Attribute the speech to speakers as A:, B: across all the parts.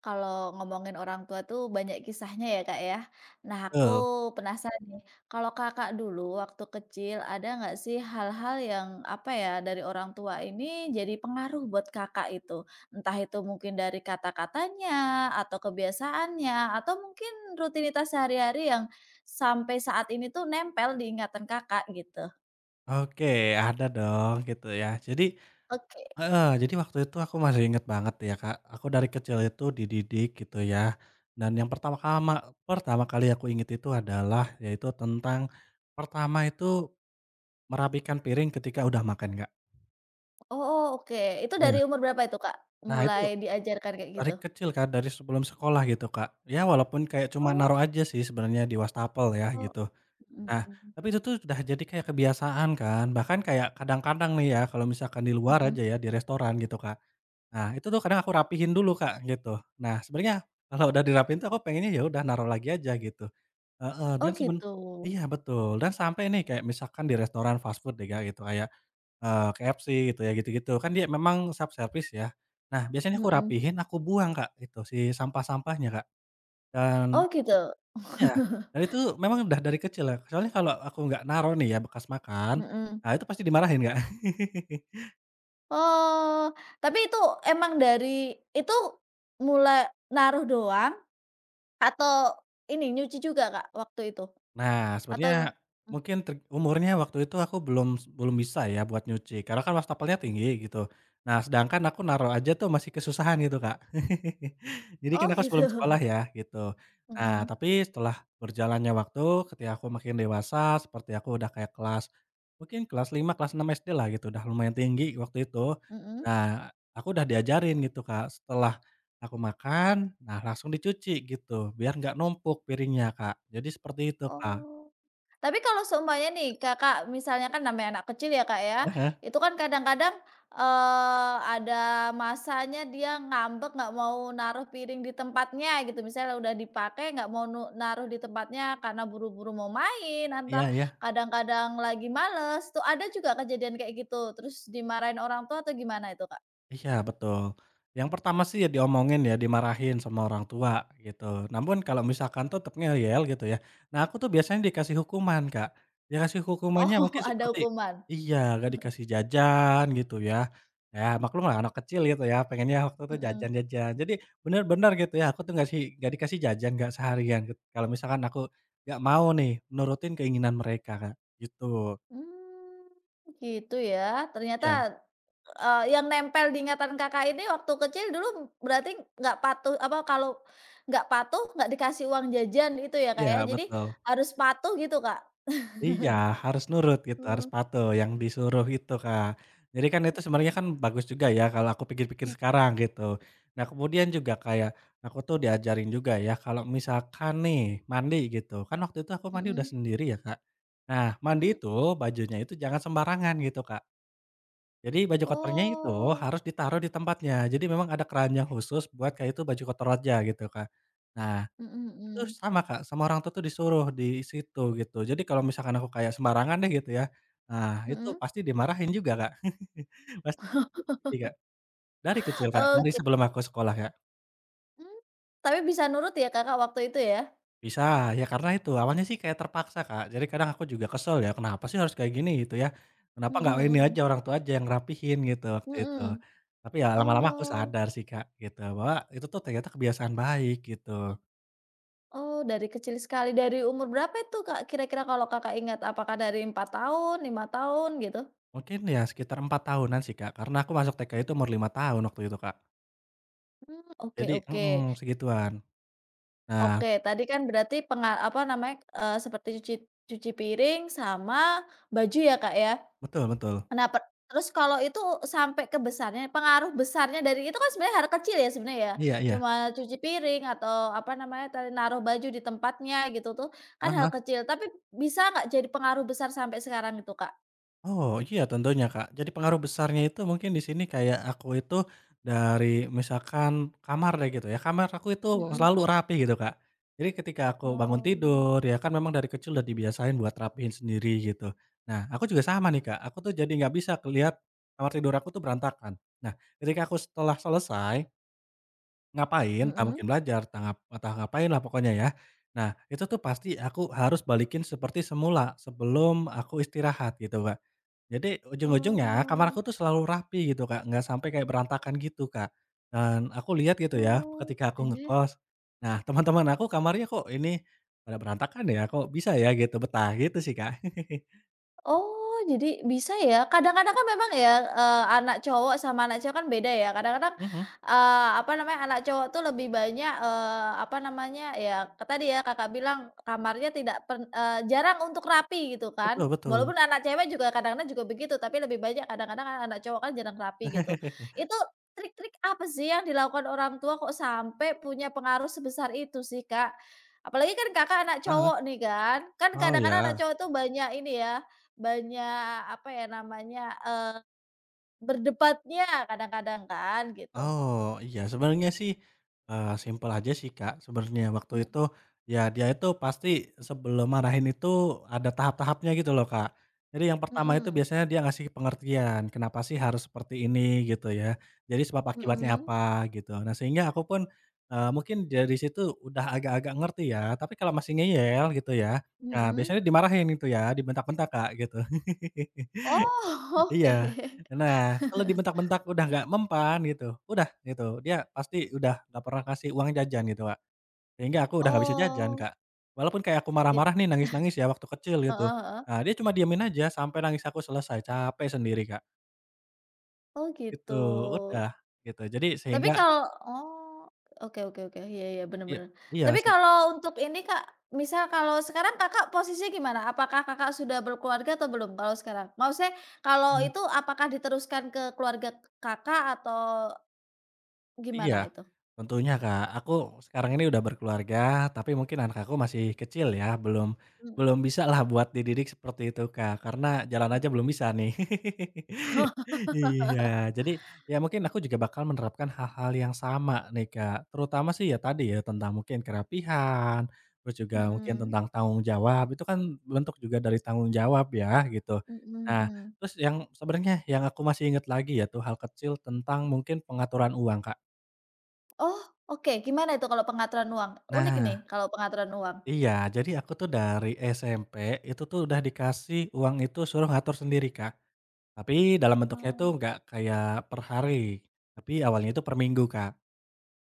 A: Kalau ngomongin orang tua tuh banyak kisahnya ya, Kak, ya. Nah, aku
B: Betul.
A: penasaran nih, kalau Kakak dulu waktu kecil ada nggak sih hal-hal yang apa ya, dari orang tua ini jadi pengaruh buat Kakak itu? Entah itu mungkin dari kata-katanya, atau kebiasaannya, atau mungkin rutinitas sehari-hari yang sampai saat ini tuh nempel di ingatan Kakak gitu?
B: Oke, ada dong gitu ya. Jadi,
A: Oke.
B: heeh, jadi waktu itu aku masih inget banget ya, Kak. Aku dari kecil itu dididik gitu ya. Dan yang pertama kali aku inget itu adalah yaitu tentang pertama itu merapikan piring ketika udah makan, Kak.
A: Oh, oke. Itu dari
B: Iya.
A: umur berapa itu, Kak?
B: Nah, itu
A: Mulai diajarkan kayak
B: dari
A: gitu?
B: kecil kan, dari sebelum sekolah gitu, Kak. Ya walaupun kayak cuma
A: Oh,
B: naruh aja sih sebenarnya di wastafel ya
A: oh.
B: gitu.
A: Mhm
B: Nah,
A: mhm.
B: tapi itu tuh udah jadi kayak kebiasaan kan, bahkan kayak kadang-kadang nih ya, kalau misalkan di luar
A: Mhm.
B: aja ya, di restoran gitu, Kak. Nah, itu tuh kadang aku rapihin dulu, Kak, gitu. Nah, sebenarnya kalau udah dirapihin tuh aku pengennya ya udah naruh lagi aja gitu. Heeh,
A: Oh
B: dan
A: gitu,
B: iya betul, dan sampai nih kayak misalkan di restoran fast food deh, Kak, gitu, kayak, KFC gitu ya, gitu-gitu, kan dia memang self service ya. Nah, biasanya aku
A: mhm,
B: rapihin, aku buang, Kak, itu, si sampah-sampahnya, Kak,
A: oh
B: dan
A: gitu,
B: iya, dan itu memang udah dari kecil ya, soalnya kalau aku nggak naruh nih ya bekas makan,
A: mhm,
B: nah itu pasti dimarahin, Kak.
A: oh, tapi itu emang dari itu mulai naruh doang atau ini nyuci juga, Kak, waktu itu?
B: Nah,
A: Atau
B: sebenarnya
A: mmm,
B: mungkin trik umurnya waktu itu aku belum belum bisa ya buat nyuci, karena kan wastafelnya tinggi gitu. Nah, sedangkan aku naruh aja tuh masih kesusahan gitu, Kak. Jadi kan
A: oh
B: aku
A: gitu,
B: sebelum sekolah ya, gitu. Nah,
A: mhm,
B: tapi setelah berjalannya waktu, ketika aku makin dewasa, seperti aku udah kayak kelas mungkin kelas 5, kelas 6 SD lah gitu, udah lumayan tinggi waktu itu.
A: mhm,
B: Nah, aku udah diajarin gitu, Kak, setelah aku makan, nah langsung dicuci gitu, biar nggak numpuk piringnya, Kak. Jadi seperti itu, Kak.
A: oh. Tapi kalau seumpamanya nih Kakak misalnya kan namanya anak kecil ya Kak ya,
B: Ah,
A: itu kan kadang-kadang, ada masanya dia ngambek nggak mau naruh piring di tempatnya gitu, misalnya udah dipakai nggak mau naruh di tempatnya karena buru-buru mau main,
B: iya
A: entah
B: iya.
A: kadang-kadang lagi males, tuh ada juga kejadian kayak gitu? Terus dimarahin orang tua atau gimana itu Kak?
B: Iya betul. Yang pertama sih ya diomongin ya, dimarahin sama orang tua gitu. Namun kalau misalkan tetep ngeyel gitu ya, nah aku tuh biasanya dikasih hukuman, Kak. Dikasih hukumannya
A: Oh
B: mungkin
A: ada
B: seperti
A: hukuman?
B: iya, nggak dikasih jajan gitu ya. Ya maklum lah anak kecil gitu ya, pengennya waktu itu
A: Mhm.
B: jajan-jajan. Jadi bener-bener gitu ya, aku tuh nggak sih, nggak dikasih jajan, nggak seharian gitu, kalau misalkan aku nggak mau nih nurutin keinginan mereka, Kak, gitu.
A: Mmm, gitu ya.
B: Iya,
A: Ternyata, yang nempel di ingatan Kakak ini waktu kecil dulu berarti nggak patuh apa, kalau nggak patuh nggak dikasih uang jajan itu ya, Kak,
B: iya
A: ya? Jadi
B: betul.
A: harus patuh gitu, Kak?
B: Iya, harus nurut gitu, harus
A: Mmm.
B: patuh yang disuruh itu, Kak. Jadi kan itu sebenarnya kan bagus juga ya kalau aku pikir-pikir
A: Mmm,
B: sekarang gitu. Nah, kemudian juga kayak aku tuh diajarin juga ya kalau misalkan nih mandi gitu, kan waktu itu aku mandi udah
A: mhm,
B: sendiri ya, Kak. Nah, mandi
A: mmm,
B: itu bajunya itu jangan sembarangan gitu, Kak. Jadi baju kotornya itu
A: oh,
B: harus ditaruh di tempatnya. Jadi memang ada keranjang khusus buat kayak itu baju kotor aja gitu, Kak. Nah,
A: mhm
B: itu
A: mhm,
B: sama, Kak, sama orang tua tuh disuruh di situ gitu. Jadi kalau misalkan aku kayak sembarangan deh gitu ya, nah itu
A: mhm,
B: pasti dimarahin juga, Kak. Pasti, Kak. Dari kecil, Kak, dari
A: oke,
B: sebelum aku sekolah, Kak.
A: mmm, tapi bisa nurut ya Kakak waktu itu ya?
B: Bisa, ya karena itu awalnya sih kayak terpaksa, Kak. Jadi kadang aku juga kesel ya, kenapa sih harus kayak gini gitu ya. Kenapa
A: Mhm
B: nggak ini
A: mhm,
B: aja orang tua aja yang rapihin gitu waktu itu.
A: mhm,
B: Tapi ya lama-lama aku
A: oh.
B: sadar sih, Kak, gitu bahwa itu tuh ternyata kebiasaan baik gitu.
A: Oh, dari kecil sekali. Dari umur berapa itu, Kak, kira-kira kalau Kakak ingat? Apakah dari 4 tahun, 5 tahun gitu?
B: Mungkin ya sekitar 4 tahunan sih, Kak, karena aku masuk TK itu umur 5 tahun waktu itu, Kak.
A: Mmm, oke
B: Jadi
A: oke.
B: segituan. Nah,
A: Oke, tadi kan berarti apa namanya, seperti cuci cuci piring sama baju ya, Kak, ya?
B: betul betul.
A: Nah, terus kalau itu sampai ke besarnya, pengaruh besarnya dari itu kan sebenarnya hal kecil ya sebenarnya ya,
B: Iya iya.
A: cuma cuci piring atau apa namanya tadi, naruh baju di tempatnya gitu tuh, kan
B: Heeh
A: hal
B: heeh.
A: kecil. Tapi bisa nggak jadi pengaruh besar sampai sekarang itu, Kak?
B: Oh, iya tentunya, Kak. Jadi pengaruh besarnya itu mungkin di sini kayak aku itu dari misalkan kamar deh gitu ya, kamar aku itu
A: Mhm.
B: selalu rapi gitu, Kak. Jadi ketika aku bangun
A: Oh.
B: tidur ya kan memang dari kecil udah dibiasain buat rapihin sendiri gitu. Nah, aku juga sama nih, Kak, aku tuh jadi nggak bisa ngelihat kamar tidur aku tuh berantakan. Nah, ketika aku setelah selesai ngapain, entah
A: Mhm.
B: mungkin belajar, entah ngapain lah pokoknya ya. Nah, itu tuh pasti aku harus balikin seperti semula sebelum aku istirahat gitu, Kak. Jadi ujung-ujungnya kamar
A: Oh,
B: aku tuh selalu rapi gitu, Kak, nggak sampai kayak berantakan gitu, Kak. Dan aku lihat gitu ya ketika aku
A: oke.
B: ngekos, nah teman-teman aku kamarnya kok ini pada berantakan ya, kok bisa ya gitu betah gitu sih, Kak.
A: Oh, jadi bisa ya? Kadang-kadang kan memang ya, anak cowok sama anak cewek kan beda ya. Kadang-kadang,
B: Mhm,
A: apa namanya, anak cowok tuh lebih banyak, apa namanya, ya tadi ya Kakak bilang kamarnya tidak jarang untuk rapi gitu
B: betul
A: kan.
B: betul.
A: Walaupun anak cewek juga kadang-kadang juga begitu, tapi lebih banyak kadang-kadang kan anak cowok kan jarang rapi gitu. Itu trik-trik apa sih yang dilakukan orang tua kok sampai punya pengaruh sebesar itu sih, Kak? Apalagi kan Kakak anak
B: Heeh.
A: cowok nih kan. Kan
B: Oh,
A: kadang-kadang anak
B: ya.
A: cowok tuh banyak ini ya banyak, apa ya namanya, eee, berdebatnya kadang-kadang kan, gitu.
B: Oh, iya sebenarnya sih, simpel aja sih, Kak, sebenarnya waktu
A: Mhm
B: itu, ya dia itu pasti sebelum marahin itu ada tahap-tahapnya gitu loh, Kak. Jadi yang pertama itu
A: mhm
B: biasanya dia ngasih pengertian, kenapa sih harus seperti ini gitu ya, jadi sebab akibatnya
A: mhm
B: apa gitu. Nah, sehingga aku pun, mungkin dari situ udah agak-agak ngerti ya, tapi kalau masih ngeyel gitu ya, nah
A: mhm.
B: biasanya dimarahin itu ya, dibentak-bentak, Kak, gitu.
A: Oh,
B: Iya.
A: oke.
B: Nah, kalau dibentak-bentak udah nggak mempan gitu, udah gitu, dia pasti udah nggak pernah kasih uang jajan gitu, Kak. Sehingga aku udah nggak bisa jajan,
A: Oh.
B: Kak. Walaupun kayak aku
A: Git
B: marah-marah nih, nangis-nangis ya waktu kecil gitu.
A: heeh heeh.
B: Nah, dia cuma diemin aja sampai nangis aku selesai, capek sendiri, Kak,
A: Oh, gitu.
B: gitu, udah, gitu. Jadi
A: Tapi
B: sehingga.
A: kalau oh, oke oke oke. Iya iya, bener
B: Iya,
A: bener.
B: iya
A: Tapi
B: sih.
A: kalau untuk ini, Kak, misal kalau sekarang Kakak posisinya gimana? Apakah Kakak sudah berkeluarga atau belum kalau sekarang? Maksudnya kalau itu apakah diteruskan ke keluarga Kakak atau
B: Iya,
A: gimana itu?
B: tentunya Kak. Aku sekarang ini udah berkeluarga, tapi mungkin anak aku masih kecil ya, belum
A: Mhm.
B: belum bisa lah buat dididik seperti itu Kak, karena jalan aja
A: Mhm
B: belum bisa nih. Iya, jadi ya mungkin aku juga bakal menerapkan hal-hal yang sama nih Kak, terutama sih ya tadi ya tentang mungkin kerapihan, terus juga mungkin
A: mhm
B: tentang tanggung jawab, itu kan bentuk juga dari tanggung jawab ya gitu.
A: mhm
B: Nah,
A: mhm.
B: terus yang sebenarnya yang aku masih ingat lagi ya tuh hal kecil tentang mungkin pengaturan uang Kak.
A: Oh, oke, gimana itu kalau pengaturan uang? Unik nih
B: Nah,
A: kalau pengaturan uang.
B: iya. Jadi aku tuh dari SMP, itu tuh udah dikasih uang itu suruh ngatur sendiri, Kak. Tapi dalam bentuknya itu
A: Oh,
B: nggak kayak per hari, tapi awalnya itu per minggu, Kak.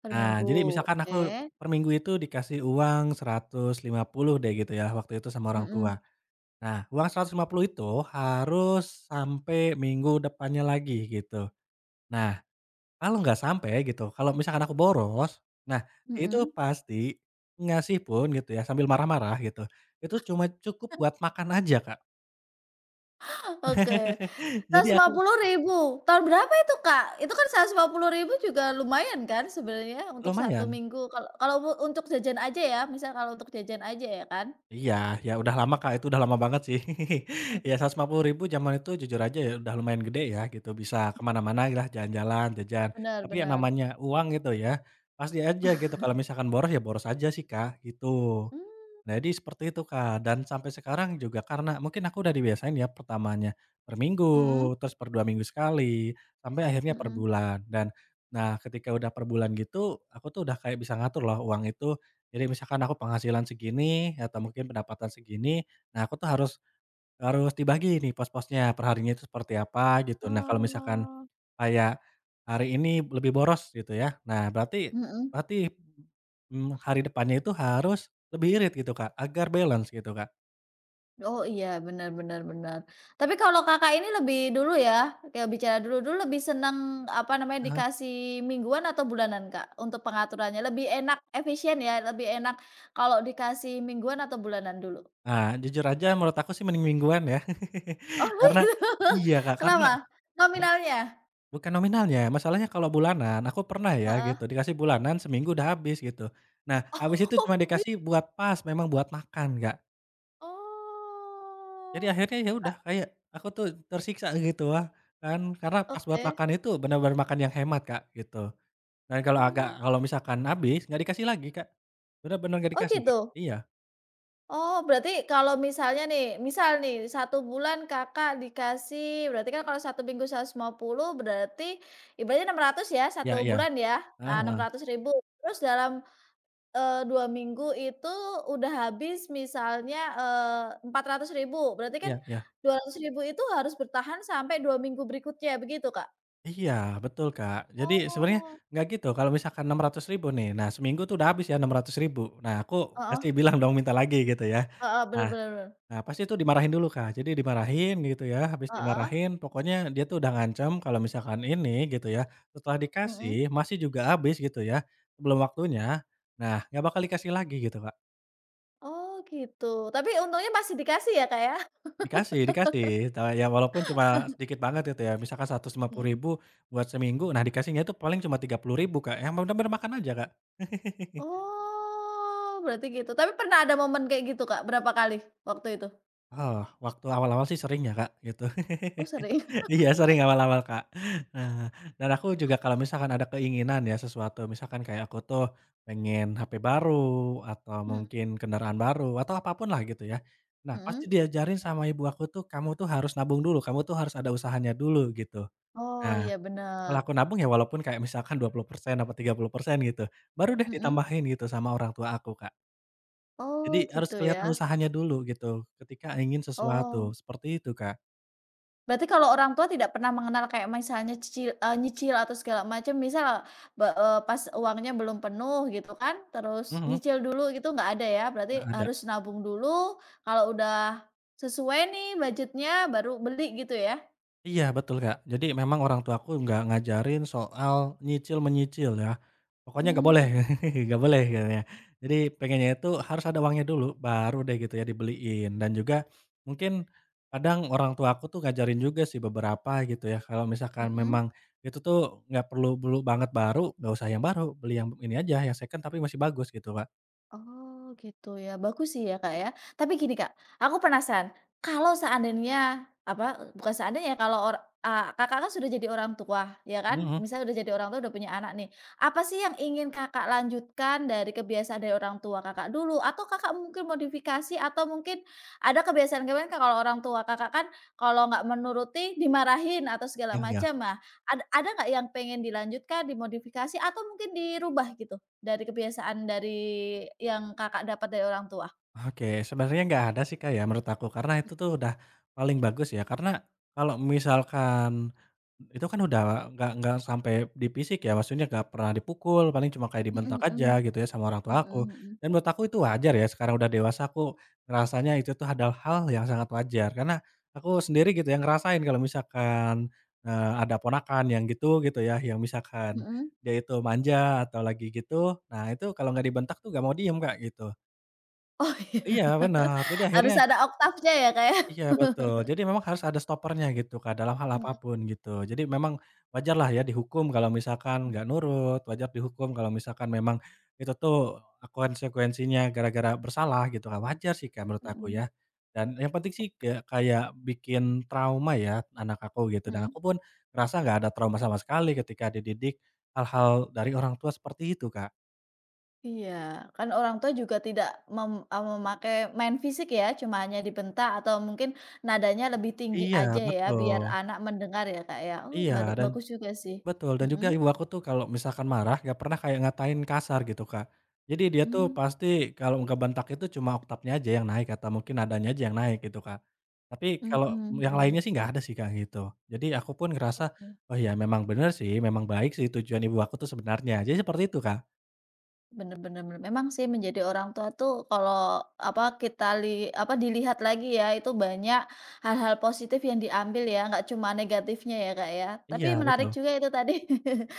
A: per
B: Nah,
A: minggu,
B: jadi misalkan aku
A: oke.
B: per minggu itu dikasih uang 150 deh gitu ya, waktu itu sama orang tua.
A: Mhm
B: Nah, uang 150 itu harus sampai minggu depannya lagi gitu. Nah, kalau nggak sampai gitu, kalau misalkan aku boros, nah itu
A: mhm.
B: pasti ngasih pun gitu ya sambil marah-marah gitu, itu cuma cukup buat makan aja, Kak.
A: Oke,
B: Jadi aku
A: Rp150.000 tahun berapa itu, Kak? Itu kan 150.000 juga lumayan kan sebenarnya untuk satu
B: lumayan.
A: minggu kalau kalau mu untuk jajan aja ya, misal kalau untuk jajan aja ya kan?
B: Iya, ya udah lama, Kak, itu udah lama banget sih.
A: Mhm,
B: Ya 150.000 zaman itu jujur aja ya udah lumayan gede ya gitu, bisa kemana mana-mana lah jalan-jalan, jajan.
A: bener
B: Tapi yang
A: bener.
B: namanya uang gitu ya, pasti aja gitu kalau misalkan boros ya boros aja sih, Kak, gitu.
A: Hmm
B: Jadi seperti itu, Kak, dan sampai sekarang juga karena mungkin aku udah dibiasain ya pertamanya per
A: mhm
B: minggu, terus per 2 minggu sekali, sampai akhirnya per
A: mhm.
B: bulan dan nah ketika udah per bulan gitu, aku tuh udah kayak bisa ngatur loh uang itu. Jadi misalkan aku penghasilan segini atau mungkin pendapatan segini, nah aku tuh harus harus dibagi nih pos-posnya, per harinya itu seperti apa gitu. Nah, kalau misalkan
A: Oh,
B: kayak hari ini lebih boros gitu ya. Nah, berarti
A: mhm.
B: berarti, mmm, hari depannya itu harus lebih irit gitu Kak, agar balance gitu Kak.
A: Oh iya, benar-benar benar. Benar. Tapi kalau Kakak ini lebih dulu ya, kayak bicara dulu, dulu lebih seneng, apa namanya,
B: Ah.
A: dikasih mingguan atau bulanan, Kak, untuk pengaturannya? Lebih enak efisien ya, lebih enak kalau dikasih mingguan atau bulanan dulu?
B: Nah, jujur aja menurut aku sih mending mingguan ya.
A: Oh
B: Karena
A: gitu,
B: iya Kak, karena
A: kenapa?
B: karena
A: Nominalnya?
B: bukan nominalnya, masalahnya kalau bulanan, aku pernah ya
A: Heeh.
B: gitu, dikasih bulanan seminggu udah habis gitu. Nah, habis itu
A: Oh,
B: cuma dikasih buat pas, memang buat makan Kak. Jadi
A: oh,
B: akhirnya ya udah kayak aku tuh tersiksa gitu, wah kan karena pas buat
A: oke.
B: makan itu benar-benar makan yang hemat Kak, gitu. Dan kalau
A: Mmm,
B: kalau misalkan habis, nggak dikasih lagi, Kak. Bener-bener nggak
A: oh
B: dikasih, Kak.
A: gitu?
B: Iya.
A: Oh, berarti kalau misalnya nih, misal nih satu bulan Kakak dikasih berarti kan kalau satu minggu 150 berarti ibaratnya 600 ya satu
B: Iya iya.
A: bulan ya, nah, enam
B: Heeh,
A: ratus ribu terus dalam, 2 minggu itu udah habis misalnya, 400.000 berarti kan
B: iya iya.
A: 200.000 itu harus bertahan sampai 2 minggu berikutnya begitu, Kak?
B: Iya, betul, Kak. Jadi sebenarnya
A: Oh,
B: nggak gitu, kalau misalkan rp ribu nih, nah seminggu tuh udah habis ya rp ribu. Nah, aku
A: heeh
B: pasti bilang dong minta lagi gitu ya.
A: heeh, bener
B: Nah
A: bener bener,
B: nah pasti tuh dimarahin dulu, Kak. Jadi dimarahin gitu ya, habis
A: heeh,
B: dimarahin pokoknya dia tuh udah ngancam kalau misalkan ini gitu ya, setelah
A: mhm.
B: dikasih masih juga habis gitu ya, sebelum waktunya, nah nggak bakal dikasih lagi gitu, Kak.
A: Oh gitu, tapi untungnya masih dikasih ya, Kak, ya?
B: Dikasih dikasih, ya walaupun cuma sedikit banget gitu ya, misalkan seratus lima puluh
A: Mhm.
B: ribu buat seminggu, nah dikasihnya itu paling cuma 30.000 Kak, yang bener-bener makan aja Kak.
A: Oh, berarti gitu. Tapi pernah ada momen kayak gitu, Kak? Berapa kali waktu itu?
B: Oh, waktu awal-awal sih sering ya Kak, gitu.
A: Oh, sering.
B: Iya sering awal-awal Kak. Nah, dan aku juga kalau misalkan ada keinginan ya sesuatu, misalkan kayak aku tuh pengen HP baru, atau
A: Mhm
B: mungkin kendaraan baru, atau apapun lah gitu ya. Nah, pasti
A: mhm.
B: diajarin sama ibu aku tuh, "Kamu tuh harus nabung dulu, kamu tuh harus ada usahanya dulu," gitu.
A: Oh,
B: Nah,
A: iya
B: setelah
A: bener.
B: aku nabung ya walaupun kayak misalkan 20% apa 30% gitu, baru deh
A: Mhm.
B: ditambahin gitu sama orang tua aku, Kak.
A: Oh,
B: Jadi harus
A: gitu ya.
B: kelihatan usahanya dulu gitu ketika ingin sesuatu,
A: Oh,
B: seperti itu, Kak.
A: berarti kalau orang tua tidak pernah mengenal kayak misalnya nyicil atau segala macam, misal pas uangnya belum penuh gitu kan, terus
B: Mhm,
A: nyicil dulu gitu nggak ada ya? Berarti
B: nggak ada.
A: harus nabung dulu, kalau udah sesuai nih budgetnya baru beli gitu ya?
B: Iya betul, Kak. Jadi memang orang tuaku nggak ngajarin soal nyicil-menyicil ya, pokoknya nggak
A: Mmm,
B: boleh
A: mhm
B: nggak boleh katanya. Jadi pengennya itu harus ada uangnya dulu baru deh gitu ya dibeliin dan juga mungkin kadang orang tuaku tuh ngajarin juga sih beberapa gitu ya, kalau misalkan
A: mhm.
B: memang itu tuh nggak perlu perlu banget baru, nggak usah yang baru, beli yang ini aja yang second tapi masih bagus gitu, pak.
A: Oh gitu ya, bagus sih ya Kak ya. Tapi gini Kak, aku penasaran, kalau seandainya, apa, bukan seandainya ya, kalau Kakak kan sudah jadi orang tua, ya kan?
B: Mhm,
A: Misalnya udah jadi orang tua, udah punya anak nih, apa sih yang ingin Kakak lanjutkan dari kebiasaan dari orang tua Kakak dulu? Atau Kakak mungkin modifikasi atau mungkin ada kebiasaan-kebiasaan Kak, kalau orang tua Kakak kan kalau nggak menuruti dimarahin atau segala
B: ya ya.
A: macam. Nah, ada nggak yang pengen dilanjutkan, dimodifikasi atau mungkin dirubah gitu? Dari kebiasaan dari yang Kakak dapat dari orang tua?
B: Oke, sebenarnya nggak ada sih, Kak, ya, menurut aku, karena itu tuh udah paling bagus ya. Karena kalau misalkan itu kan udah nggak sampai di fisik ya, maksudnya nggak pernah dipukul, paling cuma kayak
A: Mhm
B: dibentak aja
A: mhm.
B: gitu ya sama orang tua
A: Mhm
B: aku.
A: mhm.
B: Dan menurut aku itu wajar ya, sekarang udah dewasa aku ngerasanya itu tuh adalah hal yang sangat wajar. Karena aku sendiri gitu yang ngerasain kalau misalkan, ada ponakan yang gitu gitu ya, yang misalkan
A: Mhm.
B: dia itu manja atau lagi gitu, nah itu kalau nggak dibentak tuh nggak mau diem, Kak, gitu.
A: Oh iya.
B: Iya benar. Jadi
A: Harus
B: akhirnya
A: ada oktavnya ya, Kak, ya?
B: iya betul, jadi memang harus ada stoppernya gitu Kak, dalam hal
A: Mhm.
B: apapun gitu. Jadi memang wajarlah ya dihukum kalau misalkan nggak nurut, wajar dihukum kalau misalkan memang itu tuh konsekuensinya gara-gara bersalah gitu Kak, wajar sih Kak, menurut aku
A: Mhm.
B: ya. Dan yang penting sih kayak kayak bikin trauma ya anak aku gitu dan aku
A: Mhm.
B: pun ngerasa nggak ada trauma sama sekali ketika dididik hal-hal dari orang tua seperti itu Kak.
A: Iya, kan orang tua juga tidak memakai main fisik ya, cuma hanya dibentak atau mungkin nadanya lebih tinggi
B: Iya
A: aja ya, biar
B: betul,
A: anak mendengar ya, Kak, ya? Oh,
B: iya dan
A: bagus juga sih.
B: betul, dan juga
A: Mhm.
B: ibu aku tuh kalau misalkan marah nggak pernah kayak ngatain kasar gitu, Kak. Jadi dia tuh
A: Mmm,
B: pasti kalau nggak ngebentak itu cuma oktapnya aja yang naik atau mungkin nadanya aja yang naik gitu, Kak. Tapi kalau
A: mhm
B: yang
A: mhm.
B: lainnya sih nggak ada sih, Kak, gitu. Jadi aku pun ngerasa,
A: Oke.
B: oh ya memang bener sih, memang baik sih tujuan ibu aku tuh sebenarnya. Jadi seperti itu, Kak.
A: Bener bener. Memang sih menjadi orang tua tuh kalau apa kita li apa dilihat lagi ya itu banyak hal-hal positif yang diambil ya, nggak cuma negatifnya ya, Kak, ya. Tapi
B: Iya,
A: menarik
B: betul.
A: juga itu tadi,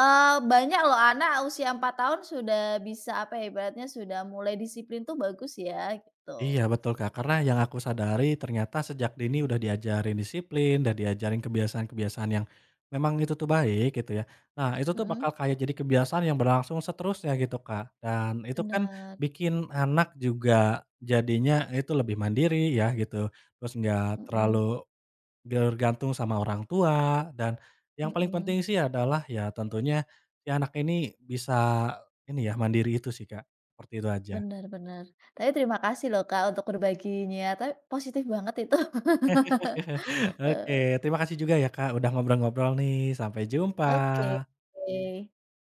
A: eee, banyak loh anak usia 4 tahun sudah bisa apa ya, ibaratnya sudah mulai disiplin tuh bagus ya
B: Iya
A: gitu.
B: betul Kak, karena yang aku sadari ternyata sejak dini udah diajarin disiplin, udah diajarin kebiasaan-kebiasaan yang memang itu tuh baik gitu ya. Nah, itu tuh
A: Mhm,
B: bakal kayak jadi kebiasaan yang berlangsung seterusnya gitu Kak, dan itu kan
A: bener,
B: bikin anak juga jadinya itu lebih mandiri ya gitu, terus nggak
A: mhm
B: terlalu bergantung sama orang tua dan yang paling
A: mhm,
B: penting sih adalah ya tentunya si anak ini bisa ini ya mandiri itu sih Kak, seperti itu aja.
A: bener bener. Tapi terima kasih loh, Kak, untuk berbaginya, tapi positif banget itu. Eee,
B: Oke, terima kasih juga ya Kak, udah ngobrol-ngobrol nih. Sampai
A: oke.
B: jumpa.